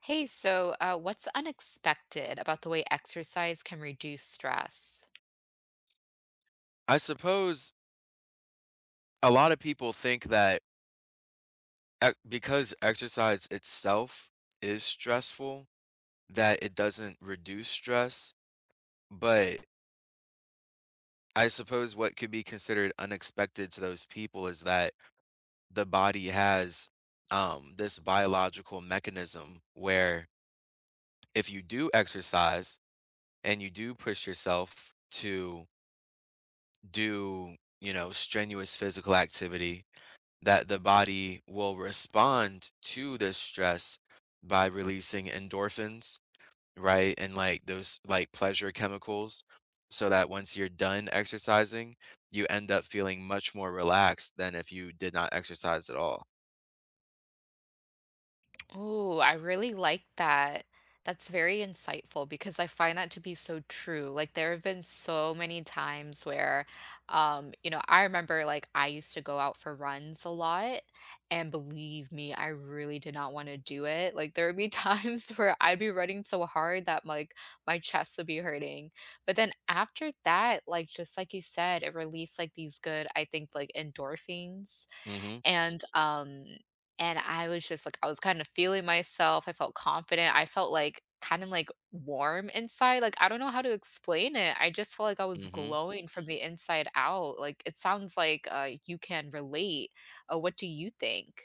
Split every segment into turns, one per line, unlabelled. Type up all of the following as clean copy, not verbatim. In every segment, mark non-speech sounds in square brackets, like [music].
Hey, what's unexpected about the way exercise can reduce stress?
I suppose a lot of people think that ec because exercise itself is stressful, that it doesn't reduce stress, but I suppose what could be considered unexpected to those people is that the body has this biological mechanism where if you do exercise and you do push yourself to do strenuous physical activity, that the body will respond to this stress by releasing endorphins, right? And like those like pleasure chemicals. So that once you're done exercising, you end up feeling much more relaxed than if you did not exercise at all.
Oh, I really like that. That's very insightful because I find that to be so true. Like there have been so many times where I remember like I used to go out for runs a lot and believe me, I really did not want to do it. Like there would be [laughs] times where I'd be running so hard that like my chest would be hurting. But then after that, like just like you said, it released like these good, I think like endorphins
Hmm.
and, um, and I was just like I was kind of feeling myself. I felt confident. I felt like kind of like warm inside. Like I don't know how to explain it. I just felt like I was
Hmm.
glowing from the inside out. Like it sounds like you can relate. What do you think?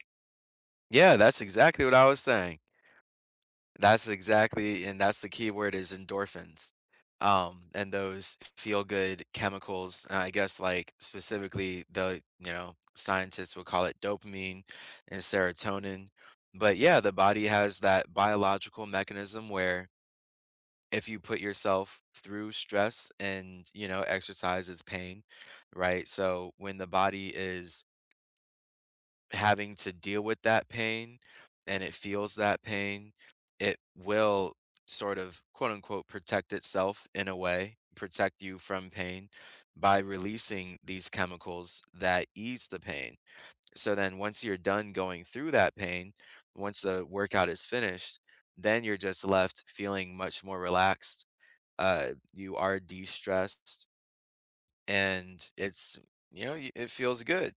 Yeah, that's exactly what I was saying. That's exactly, and that's the key word is endorphins, and those feel-good chemicals, and I guess, like, specifically, scientists would call it dopamine and serotonin, but, yeah, the body has that biological mechanism where if you put yourself through stress and, you know, exercise is pain, right? So, when the body is having to deal with that pain and it feels that pain, it will sort of quote unquote protect itself in a way, protect you from pain by releasing these chemicals that ease the pain. So then once you're done going through that pain, once the workout is finished, then you're just left feeling much more relaxed. You are de stressed and it's, you know, y- it feels good.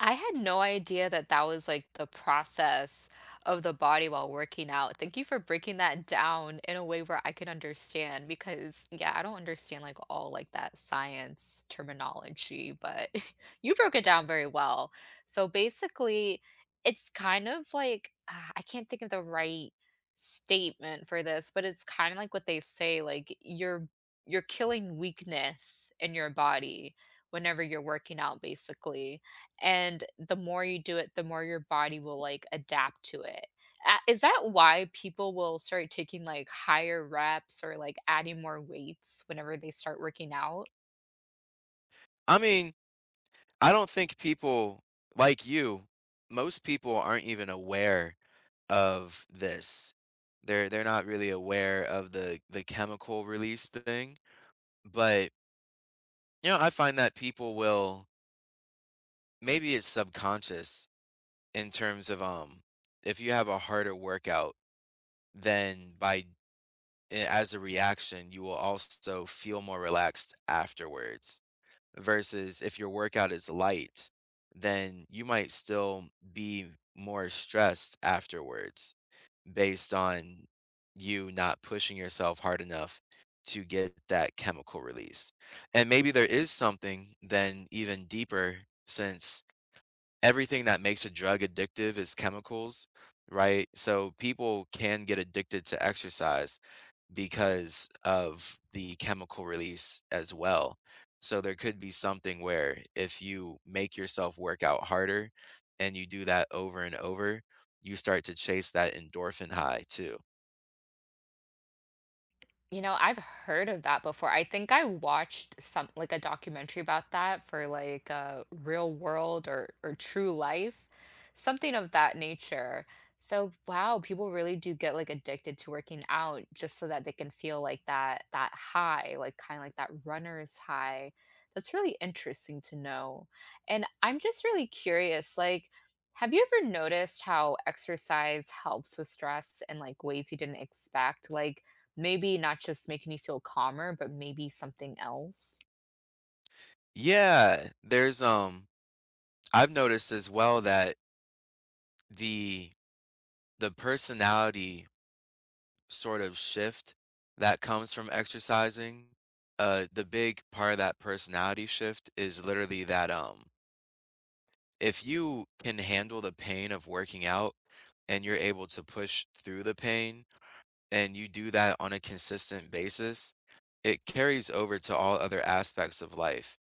I had no idea that that was like the process of the body while working out. Thank you for breaking that down in a way where I can understand because yeah, I don't understand like all like that science terminology, but [laughs] you broke it down very well. So basically, it's kind of like I can't think of the right statement for this, but it's kind of like what they say like you're killing weakness in your body whenever you're working out basically and the more you do it, the more your body will, like, adapt to it. A is that why people will start taking, like, higher reps or, like, adding more weights whenever they start working out?
I mean, I don't think people like you, most people aren't even aware of this. They're not really aware of the chemical release thing, but, you know, I find that people will maybe it's subconscious in terms of, if you have a harder workout, then as a reaction, you will also feel more relaxed afterwards, versus if your workout is light, then you might still be more stressed afterwards based on you not pushing yourself hard enough to get that chemical release. And maybe there is something then even deeper, since everything that makes a drug addictive is chemicals, right? So people can get addicted to exercise because of the chemical release as well. So there could be something where if you make yourself work out harder and you do that over and over, you start to chase that endorphin high too.
You know, I've heard of that before. I think I watched some like a documentary about that for like real world or true life, something of that nature. So wow, people really do get like addicted to working out just so that they can feel like that high, like kind of like that runner's high. That's really interesting to know. And I'm just really curious, like have you ever noticed how exercise helps with stress in like ways you didn't expect? Like, maybe not just make me feel calmer, but maybe something else?
Yeah, there's I've noticed as well that the the personality sort of shift that comes from exercising, the big part of that personality shift is literally that if you can handle the pain of working out and you're able to push through the pain and you do that on a consistent basis, it carries over to all other aspects of life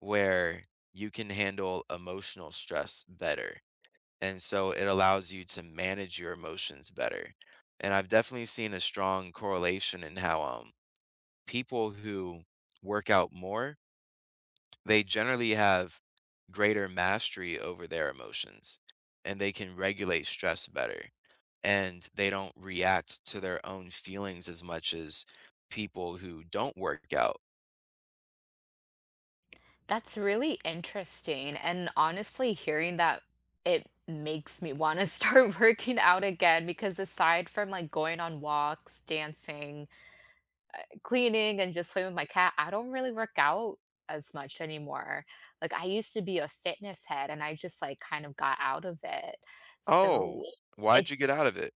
where you can handle emotional stress better. And so it allows you to manage your emotions better. And I've definitely seen a strong correlation in how people who work out more, they generally have greater mastery over their emotions and they can regulate stress better, and they don't react to their own feelings as much as people who don't work out.
That's really interesting, and honestly, hearing that, it makes me wanna [laughs] start working out again because aside from, like, going on walks, dancing, cleaning, and just playing with my cat, I don't really work out as much anymore. Like, I used to be a fitness head, and I just, like, kind of got out of it. So
Oh, why'd you get
it's
out of it?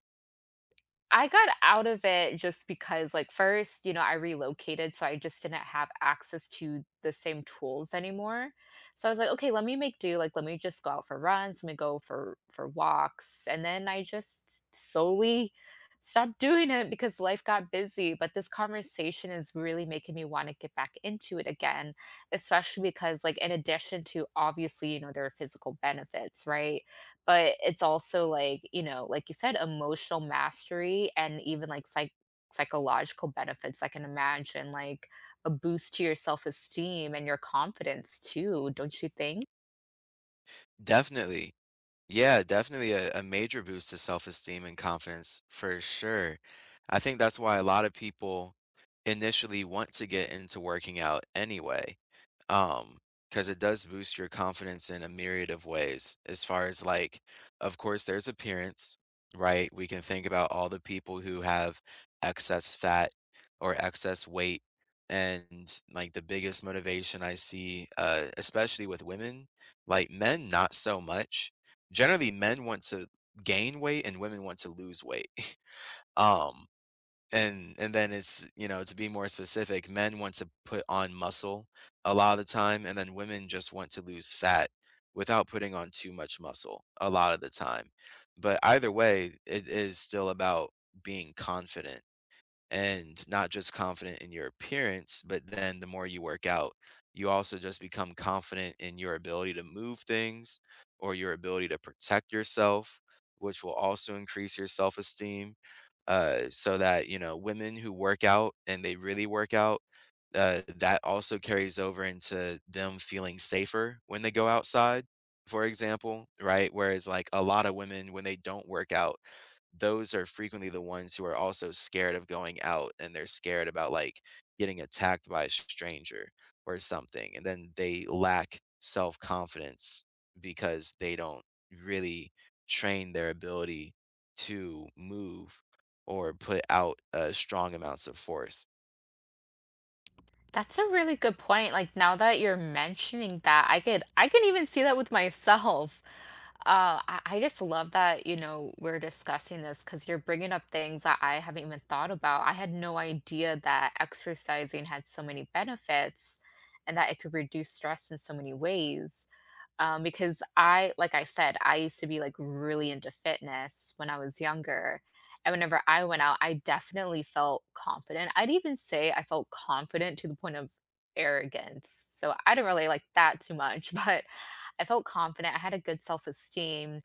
I got out of it just because, like, first, you know, I relocated, so I just didn't have access to the same tools anymore. So I was like, okay, let me make do. Like, let me just go out for runs, let me go for walks, and then I just slowly stopped [laughs] doing it because life got busy. But this conversation is really making me want to get back into it again, especially because, like, in addition to obviously, you know, there are physical benefits, right? But it's also like, you know, like you said, emotional mastery and even like psychological benefits. I can imagine like a boost to your self esteem and your confidence too, don't you think?
Definitely. Yeah, definitely a major boost to self-esteem and confidence for sure. I think that's why a lot of people initially want to get into working out anyway, um, because it does boost your confidence in a myriad of ways. As far as like, of course, there's appearance, right? We can think about all the people who have excess fat or excess weight. And like the biggest motivation I see, especially with women, like men, not so much, generally men want to gain weight and women want to lose weight. [laughs] Um, and then it's, you know, to be more specific, men want to put on muscle a lot of the time, and then women just want to lose fat without putting on too much muscle a lot of the time. But either way, it is still about being confident, and not just confident in your appearance, but then the more you work out, you also just become confident in your ability to move things or your ability to protect yourself, which will also increase your self esteem. So that, you know, women who work out and they really work out, that also carries over into them feeling safer when they go outside, for example, right? Whereas like a lot of women when they don't work out, those are frequently the ones who are also scared of going out, and they're scared about like getting attacked by a stranger or something, and then they lack self-confidence because they don't really train their ability to move or put out, strong amounts of force.
That's a really good point. Like now that you're mentioning that, I can even see that with myself. [laughs] I just love that, you know, we're discussing this because you're bringing up things that I haven't even thought about. I had no idea that exercising had so many benefits and that it could reduce stress in so many ways because like I said, I used to be like really into fitness when I was younger. And whenever I went out, I definitely felt confident. I'd even say I felt confident to the point of arrogance. So I didn't really like that too much, [laughs] but I felt confident. I had a good self esteem.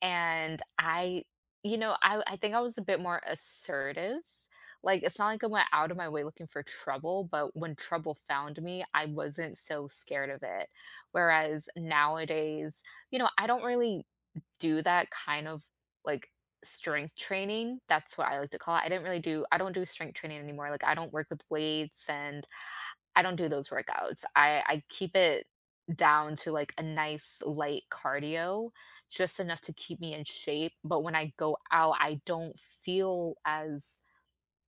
And I, you know, I think I was a bit more assertive. Like, it's not like I went out of my way looking for trouble, but when trouble found me, I wasn't so scared of it. Whereas nowadays, you know, I don't really do that kind of like strength training. That's what I like to call it. I don't do strength training anymore. Like I don't work with weights and I don't do those workouts. I keep it down to like a nice light cardio, just enough to keep me in shape, but when I go out, I don't feel as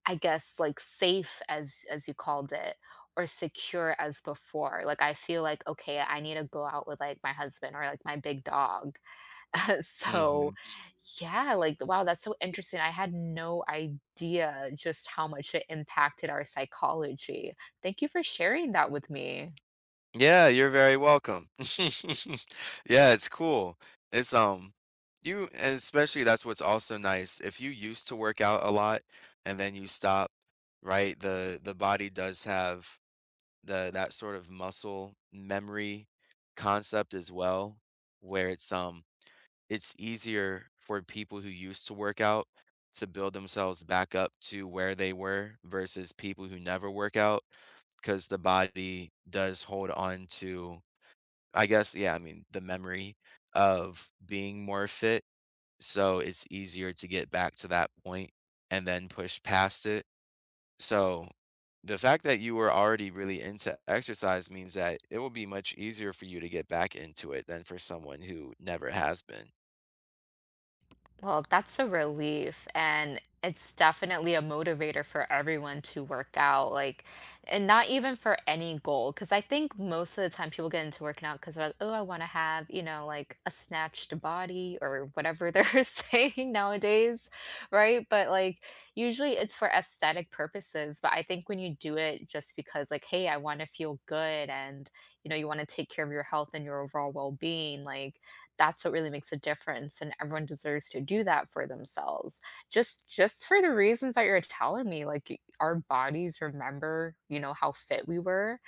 I guess, like, safe as you called it, or secure as before. Like, I feel like, "Okay, I need to go out with, like, my husband or, like, my big dog." [laughs] So,
Mhm.
yeah, like, wow, that's so interesting. I had no idea just how much it impacted our psychology. Thank you for sharing that with me.
Yeah, you're very welcome. [laughs] Yeah, it's cool. It's, um you and especially that's what's also nice, if you used to work out a lot and then you stop, right, the body does have the that sort of muscle memory concept as well, where it's easier for people who used to work out to build themselves back up to where they were versus people who never work out, because the body does hold on to, I guess, yeah, I mean, the memory of being more fit. So it's easier to get back to that point and then push past it. So the fact that you were already really into exercise means that it will be much easier for you to get back into it than for someone who never has been.
Well, that's a relief, and it's definitely a motivator for everyone to work out, like, and not even for any goal. Because I think most of the time people get into working out because they're like, oh, I want to have, you know, like a snatched body or whatever they're [laughs] saying nowadays, right? But like, usually it's for aesthetic purposes. But I think when you do it just because, like, hey, I want to feel good and, you know, you want to take care of your health and your overall well being, like, that's what really makes a difference and everyone deserves to do that for themselves just for the reasons that you're telling me like our bodies remember you know how fit we were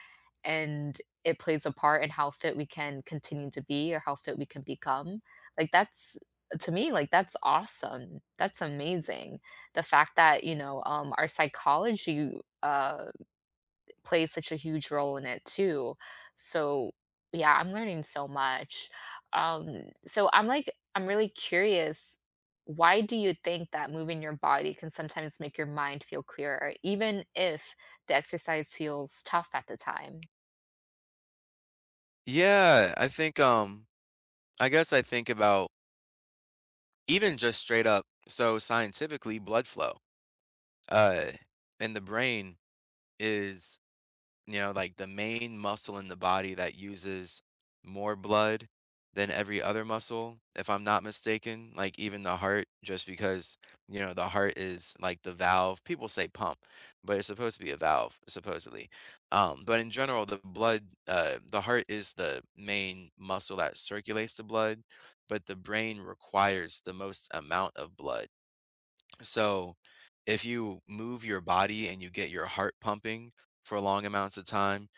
and it plays a part in how fit we can continue to be or how fit we can become like that's to me like that's awesome that's amazing the fact that our psychology uh plays such a huge role in it too. So yeah, I'm learning so much. Um, so I'm like, I'm really curious. Why do you think that moving your body can sometimes make your mind feel clearer, even if the exercise feels tough at the time?
Yeah, I think, I guess I think about even just straight up, so scientifically, blood flow, uh, in the brain is you know, like the main muscle in the body that uses more blood than every other muscle, if I'm not mistaken, like even the heart, just because, you know, the heart is like the valve. People say pump, but it's supposed to be a valve, supposedly. But in general, the heart is the main muscle that circulates the blood, but the brain requires the most amount of blood. So, if you move your body and you get your heart pumping for long amounts of time,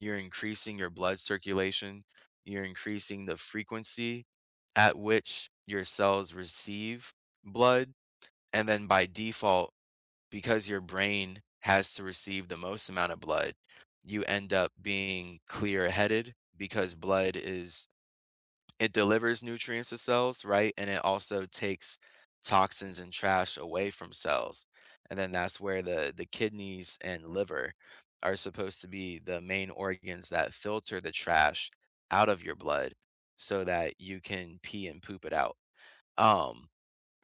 you're increasing your blood circulation, you're increasing the frequency at which your cells receive blood. And then by default, because your brain has to receive the most amount of blood, you end up being clear headed, because blood is it delivers nutrients to cells, right? And it also takes toxins and trash away from cells. And then that's where the kidneys and liver are supposed to be the main organs that filter the trash out of your blood so that you can pee and poop it out. Um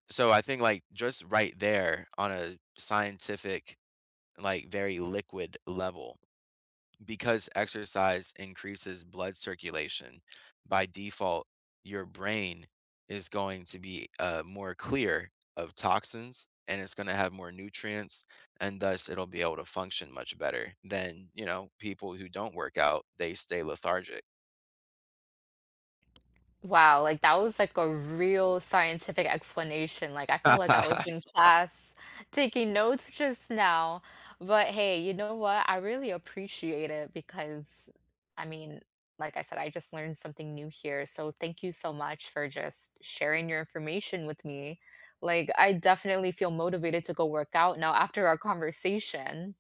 so I think like just right there on a scientific like very liquid level, because exercise increases blood circulation, by default, your brain is going to be more clear of toxins and it's going to have more nutrients, and thus it'll be able to function much better than, you know, people who don't work out, they stay lethargic.
Wow, like, that was, like, a real scientific explanation, like, I felt like I was in
[laughs]
class taking notes just now, but hey, you know what? I really appreciate it because, I mean, like I said, I just learned something new here, so thank you so much for just sharing your information with me. Like, I definitely feel motivated to go work out now after our conversation.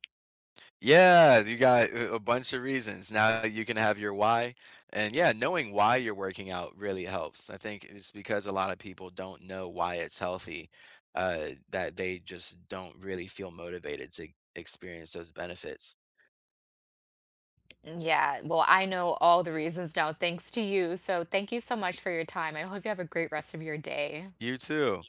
Yeah, you got a bunch of reasons. Now you can have your why. And yeah, knowing why you're working out really helps. I think it's because a lot of people don't know why it's healthy, that they just don't really feel motivated to experience those benefits.
Yeah, well, I know all the reasons now thanks to you, so thank you so much for your time. I hope you have a great rest of your day.
You too.